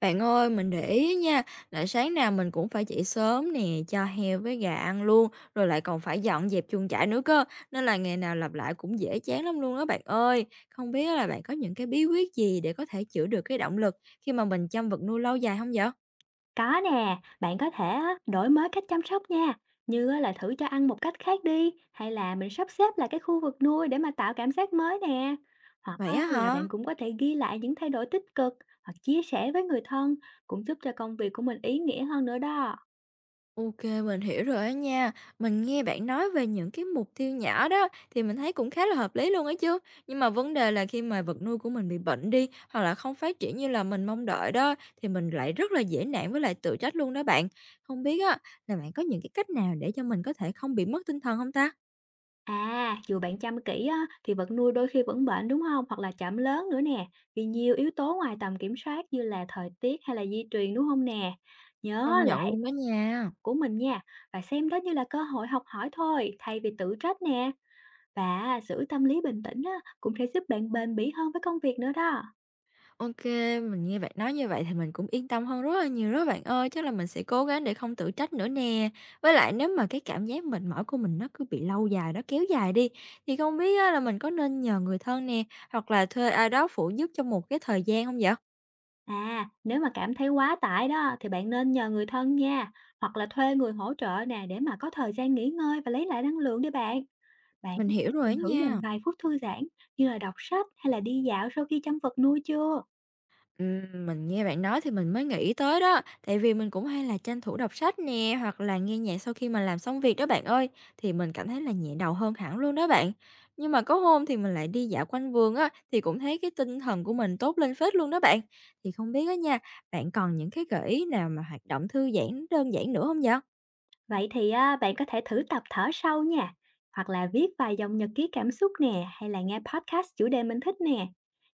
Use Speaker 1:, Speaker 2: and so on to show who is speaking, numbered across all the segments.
Speaker 1: Bạn ơi, mình để ý nha, là sáng nào mình cũng phải dậy sớm nè, cho heo với gà ăn luôn, rồi lại còn phải dọn dẹp chuồng trại nữa cơ, nên là ngày nào lặp lại cũng dễ chán lắm luôn đó bạn ơi. Không biết là bạn có những cái bí quyết gì để có thể giữ được cái động lực khi mà mình chăm vật nuôi lâu dài không vậy?
Speaker 2: Có nè, bạn có thể á, đổi mới cách chăm sóc nha, như á, là thử cho ăn một cách khác đi, hay là mình sắp xếp lại cái khu vực nuôi để mà tạo cảm giác mới nè. Hoặc á,
Speaker 1: Vậy á
Speaker 2: là
Speaker 1: hả?
Speaker 2: bạn cũng có thể ghi lại những thay đổi tích cực hoặc chia sẻ với người thân cũng giúp cho công việc của mình ý nghĩa hơn nữa đó.
Speaker 1: OK, mình hiểu rồi á nha. Mình nghe bạn nói về những cái mục tiêu nhỏ đó thì mình thấy cũng khá là hợp lý luôn ấy chứ. Nhưng mà vấn đề là khi mà vật nuôi của mình bị bệnh đi hoặc là không phát triển như là mình mong đợi đó, thì mình lại rất là dễ nản với lại tự trách luôn đó bạn. Không biết á là bạn có những cái cách nào để cho mình có thể không bị mất tinh thần không ta?
Speaker 2: À, dù bạn chăm kỹ á, thì vật nuôi đôi khi vẫn bệnh đúng không? Hoặc là chậm lớn nữa nè, vì nhiều yếu tố ngoài tầm kiểm soát như là thời tiết hay là di truyền đúng không nè. Nhớ
Speaker 1: Công
Speaker 2: là
Speaker 1: nhận luôn đó nha.
Speaker 2: của mình nha và xem đó như là cơ hội học hỏi thôi thay vì tự trách nè và giữ tâm lý bình tĩnh á, cũng sẽ giúp bạn bền bỉ hơn với công việc nữa đó.
Speaker 1: OK, mình nghe bạn nói như vậy thì mình cũng yên tâm hơn rất là nhiều đó bạn ơi, chắc là mình sẽ cố gắng để không tự trách nữa nè. Với lại nếu mà cái cảm giác mệt mỏi của mình nó cứ bị lâu dài, nó kéo dài đi, thì không biết á là mình có nên nhờ người thân nè, hoặc là thuê ai đó phụ giúp trong một cái thời gian không vậy?
Speaker 2: À, nếu mà cảm thấy quá tải đó thì bạn nên nhờ người thân nha, hoặc là thuê người hỗ trợ nè để mà có thời gian nghỉ ngơi và lấy lại năng lượng đi bạn. Bạn
Speaker 1: Mình hiểu
Speaker 2: đã
Speaker 1: rồi á
Speaker 2: từng thử dành
Speaker 1: nha.
Speaker 2: vài phút thư giãn như là đọc sách hay là đi dạo sau khi chăm vật nuôi chưa?
Speaker 1: Mình nghe bạn nói thì mình mới nghĩ tới đó, tại vì mình cũng hay là tranh thủ đọc sách nè, hoặc là nghe nhạc sau khi mà làm xong việc đó bạn ơi, thì mình cảm thấy là nhẹ đầu hơn hẳn luôn đó bạn. Nhưng mà có hôm thì mình lại đi dạo quanh vườn á, thì cũng thấy cái tinh thần của mình tốt lên phết luôn đó bạn. Thì không biết á nha, bạn còn những cái gợi ý nào mà hoạt động thư giãn đơn giản nữa không vậy?
Speaker 2: Vậy thì á, bạn có thể thử tập thở sâu nha, hoặc là viết vài dòng nhật ký cảm xúc nè, hay là nghe podcast chủ đề mình thích nè.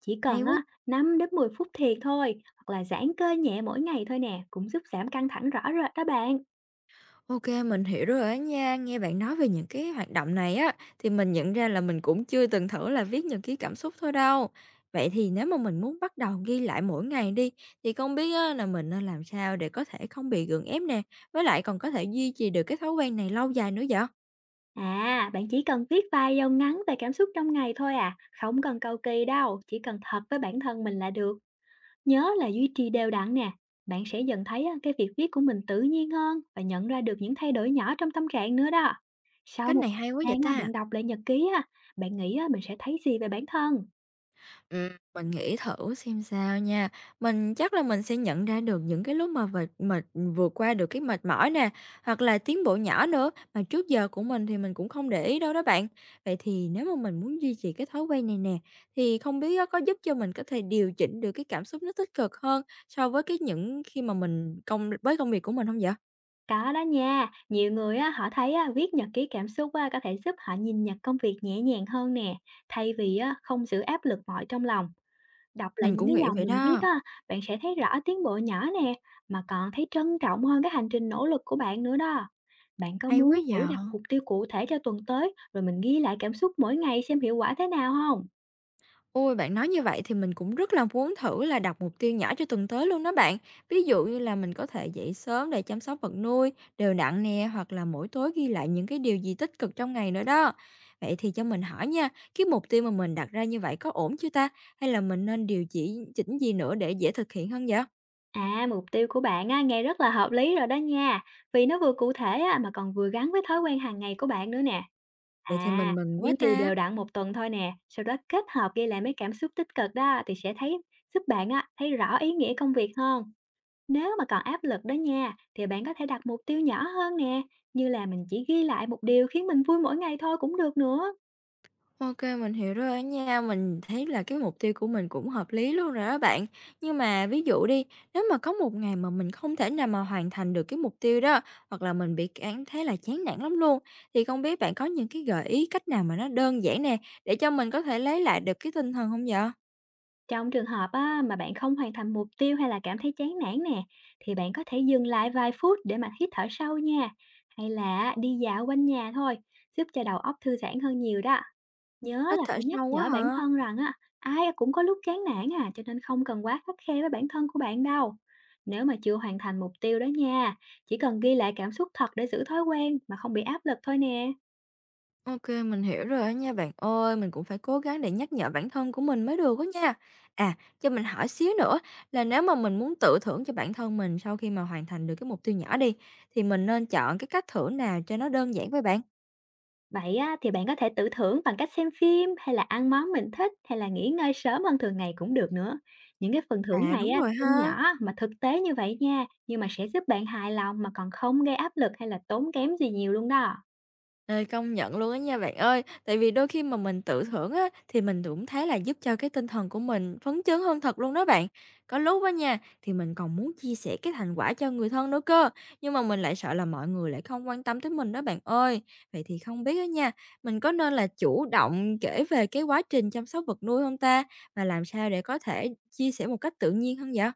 Speaker 2: Chỉ
Speaker 1: Hay
Speaker 2: cần
Speaker 1: quá!
Speaker 2: á, 5 đến 10 phút thiệt thôi, hoặc là giãn cơ nhẹ mỗi ngày thôi nè, cũng giúp giảm căng thẳng rõ rệt đó bạn.
Speaker 1: OK, mình hiểu rồi á nha. Nghe bạn nói về những cái hoạt động này á, thì mình nhận ra là mình cũng chưa từng thử là viết nhật ký cảm xúc thôi đâu. Vậy thì nếu mà mình muốn bắt đầu ghi lại mỗi ngày đi, thì không biết á, là mình nên làm sao để có thể không bị gượng ép nè, với lại còn có thể duy trì được cái thói quen này lâu dài nữa vậy?
Speaker 2: À, bạn chỉ cần viết vài dòng ngắn về cảm xúc trong ngày thôi à, không cần cầu kỳ đâu, chỉ cần thật với bản thân mình là được. Nhớ là duy trì đều đặn nè, bạn sẽ dần thấy á, cái việc viết của mình tự nhiên hơn và nhận ra được những thay đổi nhỏ trong tâm trạng nữa đó. Sau
Speaker 1: Cách
Speaker 2: một
Speaker 1: này hay quá
Speaker 2: thời
Speaker 1: vậy
Speaker 2: gian á,
Speaker 1: ta.
Speaker 2: bạn đọc lại nhật ký á, bạn nghĩ á, mình sẽ thấy gì về bản thân?
Speaker 1: Ừm, mình nghĩ thử xem sao nha. Mình chắc là mình sẽ nhận ra được những cái lúc mà vệt mệt vượt qua được cái mệt mỏi nè, hoặc là tiến bộ nhỏ nữa, mà trước giờ của mình thì mình cũng không để ý đâu đó bạn. Vậy thì nếu mà mình muốn duy trì cái thói quen này nè, thì không biết á, có giúp cho mình có thể điều chỉnh được cái cảm xúc nó tích cực hơn so với cái những khi mà mình công với công việc của mình không vậy?
Speaker 2: Có đó nha, nhiều người á, họ thấy á, viết nhật ký cảm xúc á, có thể giúp họ nhìn nhận công việc nhẹ nhàng hơn nè, thay vì á, không giữ áp lực mọi trong lòng. Đọc lại
Speaker 1: Mình
Speaker 2: những
Speaker 1: cũng
Speaker 2: cái
Speaker 1: nghĩ
Speaker 2: dòng
Speaker 1: vậy
Speaker 2: mình viết
Speaker 1: đó,
Speaker 2: á, bạn sẽ thấy rõ tiến bộ nhỏ nè, mà còn thấy trân trọng hơn cái hành trình nỗ lực của bạn nữa đó. Bạn có
Speaker 1: hay quá
Speaker 2: muốn thử
Speaker 1: giờ.
Speaker 2: đặt mục tiêu cụ thể cho tuần tới, rồi mình ghi lại cảm xúc mỗi ngày xem hiệu quả thế nào không?
Speaker 1: Ôi, bạn nói như vậy thì mình cũng rất là muốn thử là đặt mục tiêu nhỏ cho tuần tới luôn đó bạn. Ví dụ như là mình có thể dậy sớm để chăm sóc vật nuôi, đều đặn nè, hoặc là mỗi tối ghi lại những cái điều gì tích cực trong ngày nữa đó. Vậy thì cho mình hỏi nha, cái mục tiêu mà mình đặt ra như vậy có ổn chưa ta? Hay là mình nên điều chỉnh gì nữa để dễ thực hiện hơn vậy?
Speaker 2: À, mục tiêu của bạn á, nghe rất là hợp lý rồi đó nha, vì nó vừa cụ thể á, mà còn vừa gắn với thói quen hàng ngày của bạn nữa nè.
Speaker 1: Vậy thì
Speaker 2: À,
Speaker 1: mình mừng
Speaker 2: duy
Speaker 1: quá
Speaker 2: trì
Speaker 1: ta.
Speaker 2: đều đặn một tuần thôi nè, sau đó kết hợp ghi lại mấy cảm xúc tích cực đó thì sẽ thấy giúp bạn á, thấy rõ ý nghĩa công việc hơn. Nếu mà còn áp lực đó nha, thì bạn có thể đặt mục tiêu nhỏ hơn nè, như là mình chỉ ghi lại một điều khiến mình vui mỗi ngày thôi cũng được nữa.
Speaker 1: OK, mình hiểu rồi á nha. Mình thấy là cái mục tiêu của mình cũng hợp lý luôn rồi đó bạn. Nhưng mà ví dụ đi, nếu mà có một ngày mà mình không thể nào mà hoàn thành được cái mục tiêu đó, hoặc là mình bị cảm thấy là chán nản lắm luôn, thì không biết bạn có những cái gợi ý cách nào mà nó đơn giản nè, để cho mình có thể lấy lại được cái tinh thần không vậy?
Speaker 2: Trong trường hợp á, mà bạn không hoàn thành mục tiêu hay là cảm thấy chán nản nè, thì bạn có thể dừng lại vài phút để mà hít thở sâu nha, hay là đi dạo quanh nhà thôi, giúp cho đầu óc thư giãn hơn nhiều đó. Nhớ
Speaker 1: Hít
Speaker 2: là
Speaker 1: thở
Speaker 2: phải nhắc
Speaker 1: sâu quá
Speaker 2: nhở bản
Speaker 1: hả?
Speaker 2: thân rằng á, ai cũng có lúc chán nản à, cho nên không cần quá khắt khe với bản thân của bạn đâu. Nếu mà chưa hoàn thành mục tiêu đó nha, chỉ cần ghi lại cảm xúc thật để giữ thói quen mà không bị áp lực thôi nè.
Speaker 1: OK, mình hiểu rồi á nha bạn ơi, mình cũng phải cố gắng để nhắc nhở bản thân của mình mới được á nha. À, cho mình hỏi xíu nữa, là nếu mà mình muốn tự thưởng cho bản thân mình sau khi mà hoàn thành được cái mục tiêu nhỏ đi, thì mình nên chọn cái cách thưởng nào cho nó đơn giản với bạn?
Speaker 2: Vậy á, thì bạn có thể tự thưởng bằng cách xem phim hay là ăn món mình thích hay là nghỉ ngơi sớm hơn thường ngày cũng được nữa. Những cái phần thưởng
Speaker 1: À,
Speaker 2: này
Speaker 1: đúng
Speaker 2: á,
Speaker 1: rồi
Speaker 2: tuy
Speaker 1: ha.
Speaker 2: nhỏ mà thực tế như vậy nha, nhưng mà sẽ giúp bạn hài lòng mà còn không gây áp lực hay là tốn kém gì nhiều luôn đó.
Speaker 1: Ờ, công nhận luôn á nha bạn ơi. Tại vì đôi khi mà mình tự thưởng á, thì mình cũng thấy là giúp cho cái tinh thần của mình phấn chấn hơn thật luôn đó bạn. Có lúc á nha, thì mình còn muốn chia sẻ cái thành quả cho người thân nữa cơ, nhưng mà mình lại sợ là mọi người lại không quan tâm tới mình đó bạn ơi. Vậy thì không biết á nha, mình có nên là chủ động kể về cái quá trình chăm sóc vật nuôi không ta? Và làm sao để có thể chia sẻ một cách tự nhiên hơn vậy?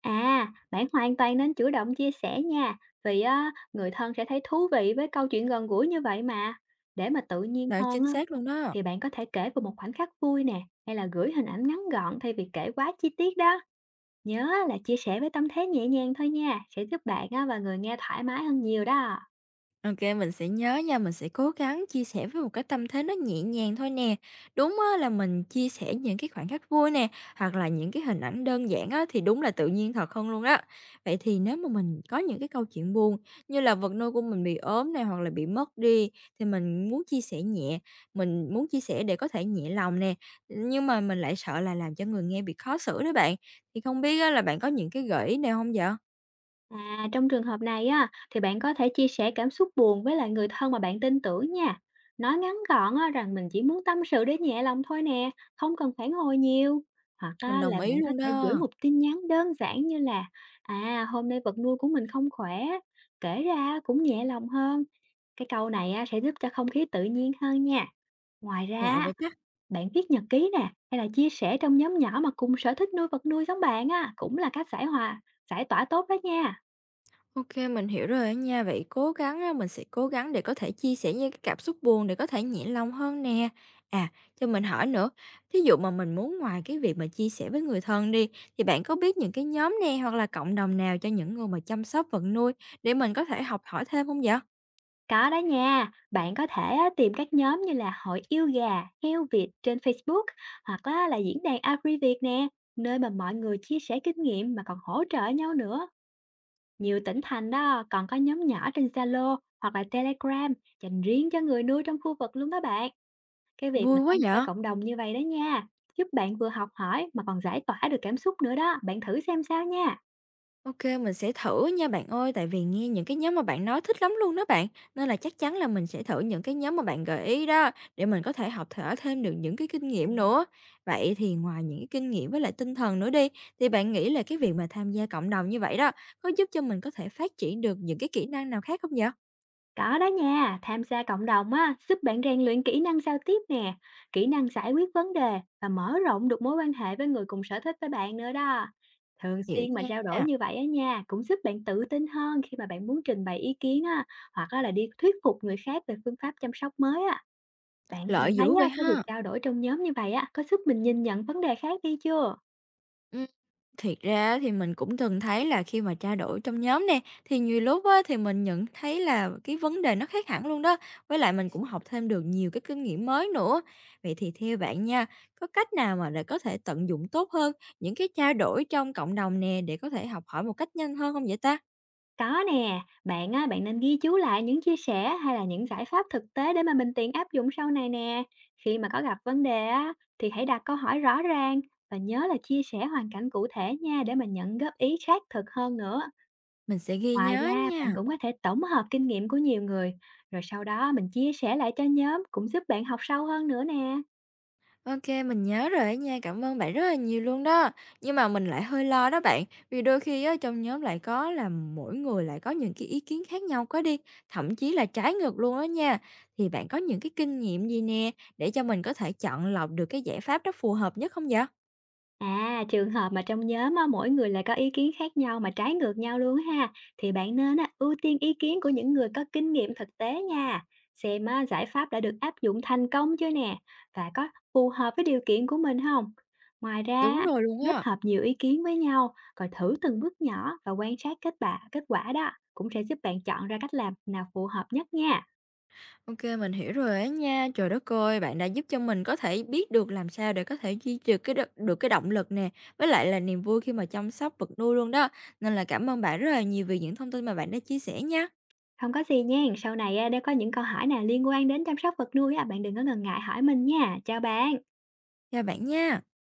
Speaker 2: À, bạn hoàn toàn nên chủ động chia sẻ nha, vì á, người thân sẽ thấy thú vị với câu chuyện gần gũi như vậy mà. Để mà tự nhiên
Speaker 1: Đó,
Speaker 2: hơn
Speaker 1: chính
Speaker 2: á,
Speaker 1: xác luôn đó.
Speaker 2: thì bạn có thể kể về một khoảnh khắc vui nè, hay là gửi hình ảnh ngắn gọn thay vì kể quá chi tiết đó. Nhớ là chia sẻ với tâm thế nhẹ nhàng thôi nha, sẽ giúp bạn á, và người nghe thoải mái hơn nhiều đó.
Speaker 1: OK, mình sẽ nhớ nha, mình sẽ cố gắng chia sẻ với một cái tâm thế nó nhẹ nhàng thôi nè. Đúng á là mình chia sẻ những cái khoảnh khắc vui nè, hoặc là những cái hình ảnh đơn giản á, thì đúng là tự nhiên thật hơn luôn á. Vậy thì nếu mà mình có những cái câu chuyện buồn như là vật nuôi của mình bị ốm này hoặc là bị mất đi, thì mình muốn chia sẻ nhẹ, mình muốn chia sẻ để có thể nhẹ lòng nè, nhưng mà mình lại sợ là làm cho người nghe bị khó xử đó bạn. Thì không biết á là bạn có những cái gợi ý nào không vậy?
Speaker 2: À, trong trường hợp này á, thì bạn có thể chia sẻ cảm xúc buồn với lại người thân mà bạn tin tưởng nha. Nói ngắn gọn á, rằng mình chỉ muốn tâm sự để nhẹ lòng thôi nè, không cần phản hồi nhiều. Hoặc
Speaker 1: Mình
Speaker 2: á, là
Speaker 1: đồng ý
Speaker 2: bạn có
Speaker 1: luôn
Speaker 2: thể gửi
Speaker 1: đó.
Speaker 2: một tin nhắn đơn giản như là: à, hôm nay vật nuôi của mình không khỏe, kể ra cũng nhẹ lòng hơn. Cái câu này á, sẽ giúp cho không khí tự nhiên hơn nha. Ngoài ra,
Speaker 1: Lạ
Speaker 2: á,
Speaker 1: vậy ta!
Speaker 2: bạn viết nhật ký nè, hay là chia sẻ trong nhóm nhỏ mà cùng sở thích nuôi vật nuôi giống bạn á, cũng là cách giải tỏa tốt đó nha.
Speaker 1: OK, mình hiểu rồi á nha. Vậy cố gắng á, mình sẽ cố gắng để có thể chia sẻ những cái cảm xúc buồn để có thể nhẹ lòng hơn nè. À, cho mình hỏi nữa, thí dụ mà mình muốn ngoài cái việc mà chia sẻ với người thân đi, thì bạn có biết những cái nhóm nè hoặc là cộng đồng nào cho những người mà chăm sóc vật nuôi để mình có thể học hỏi thêm không vậy?
Speaker 2: Có đó nha, bạn có thể á, tìm các nhóm như là Hội Yêu Gà, Heo Việt trên Facebook, hoặc á, là diễn đàn AgriViet nè, nơi mà mọi người chia sẻ kinh nghiệm mà còn hỗ trợ nhau nữa. Nhiều tỉnh thành đó còn có nhóm nhỏ trên Zalo hoặc là Telegram dành riêng cho người nuôi trong khu vực luôn đó bạn. Cái việc
Speaker 1: Vui
Speaker 2: mà
Speaker 1: quá
Speaker 2: tham gia
Speaker 1: vậy!
Speaker 2: cộng đồng như vậy đó nha, giúp bạn vừa học hỏi mà còn giải tỏa được cảm xúc nữa đó, bạn thử xem sao nha.
Speaker 1: OK, mình sẽ thử nha bạn ơi, tại vì nghe những cái nhóm mà bạn nói thích lắm luôn đó bạn, nên là chắc chắn là mình sẽ thử những cái nhóm mà bạn gợi ý đó, để mình có thể học thở thêm được những cái kinh nghiệm nữa. Vậy thì ngoài những cái kinh nghiệm với lại tinh thần nữa đi, thì bạn nghĩ là cái việc mà tham gia cộng đồng như vậy đó, có giúp cho mình có thể phát triển được những cái kỹ năng nào khác không vậy?
Speaker 2: Có đó nha, tham gia cộng đồng á, giúp bạn rèn luyện kỹ năng giao tiếp nè, kỹ năng giải quyết vấn đề và mở rộng được mối quan hệ với người cùng sở thích với bạn nữa đó. Thường
Speaker 1: Hiểu
Speaker 2: xuyên mà
Speaker 1: nha,
Speaker 2: trao đổi như vậy á nha, cũng giúp bạn tự tin hơn khi mà bạn muốn trình bày ý kiến á, hoặc á là đi thuyết phục người khác về phương pháp chăm sóc mới á. Bạn từng
Speaker 1: lợi
Speaker 2: thấy
Speaker 1: dữ vậy
Speaker 2: á, cái việc
Speaker 1: ha.
Speaker 2: trao đổi trong nhóm như vậy á, có giúp mình nhìn nhận vấn đề khác đi chưa?
Speaker 1: Ừm. Thiệt ra thì mình cũng từng thấy là khi mà trao đổi trong nhóm nè, thì nhiều lúc á, thì mình nhận thấy là cái vấn đề nó khác hẳn luôn đó. Với lại mình cũng học thêm được nhiều cái kinh nghiệm mới nữa. Vậy thì theo bạn nha, có cách nào mà để có thể tận dụng tốt hơn những cái trao đổi trong cộng đồng nè để có thể học hỏi một cách nhanh hơn không vậy ta?
Speaker 2: Có nè, bạn á, bạn nên ghi chú lại những chia sẻ hay là những giải pháp thực tế để mà mình tiện áp dụng sau này nè. Khi mà có gặp vấn đề á, thì hãy đặt câu hỏi rõ ràng và nhớ là chia sẻ hoàn cảnh cụ thể nha để mà nhận góp ý sát thực hơn nữa.
Speaker 1: Mình sẽ ghi
Speaker 2: Ngoài
Speaker 1: nhớ
Speaker 2: ra, bạn
Speaker 1: nha.
Speaker 2: cũng có thể tổng hợp kinh nghiệm của nhiều người, rồi sau đó mình chia sẻ lại cho nhóm cũng giúp bạn học sâu hơn nữa nè.
Speaker 1: OK, mình nhớ rồi á nha, cảm ơn bạn rất là nhiều luôn đó. Nhưng mà mình lại hơi lo đó bạn, vì đôi khi á, trong nhóm lại có là mỗi người lại có những cái ý kiến khác nhau quá đi, thậm chí là trái ngược luôn đó nha. Thì bạn có những cái kinh nghiệm gì nè, để cho mình có thể chọn lọc được cái giải pháp đó phù hợp nhất không vậy?
Speaker 2: À, trường hợp mà trong nhóm á, mỗi người lại có ý kiến khác nhau mà trái ngược nhau luôn ha, thì bạn nên á, ưu tiên ý kiến của những người có kinh nghiệm thực tế nha, xem á, giải pháp đã được áp dụng thành công chưa nè, và có phù hợp với điều kiện của mình không. Ngoài
Speaker 1: Đúng
Speaker 2: ra,
Speaker 1: rồi luôn
Speaker 2: kết
Speaker 1: á.
Speaker 2: hợp nhiều ý kiến với nhau, rồi thử từng bước nhỏ và quan sát kết quả đó cũng sẽ giúp bạn chọn ra cách làm nào phù hợp nhất nha.
Speaker 1: OK, mình hiểu rồi á nha. Trời đất ơi, bạn đã giúp cho mình có thể biết được làm sao để có thể duy trì cái được được cái động lực nè, với lại là niềm vui khi mà chăm sóc vật nuôi luôn đó. Nên là cảm ơn bạn rất là nhiều vì những thông tin mà bạn đã chia sẻ nha.
Speaker 2: Không có gì nha, sau này á, nếu có những câu hỏi nào liên quan đến chăm sóc vật nuôi á, bạn đừng có ngần ngại hỏi mình nha. Chào bạn.
Speaker 1: Chào bạn nha.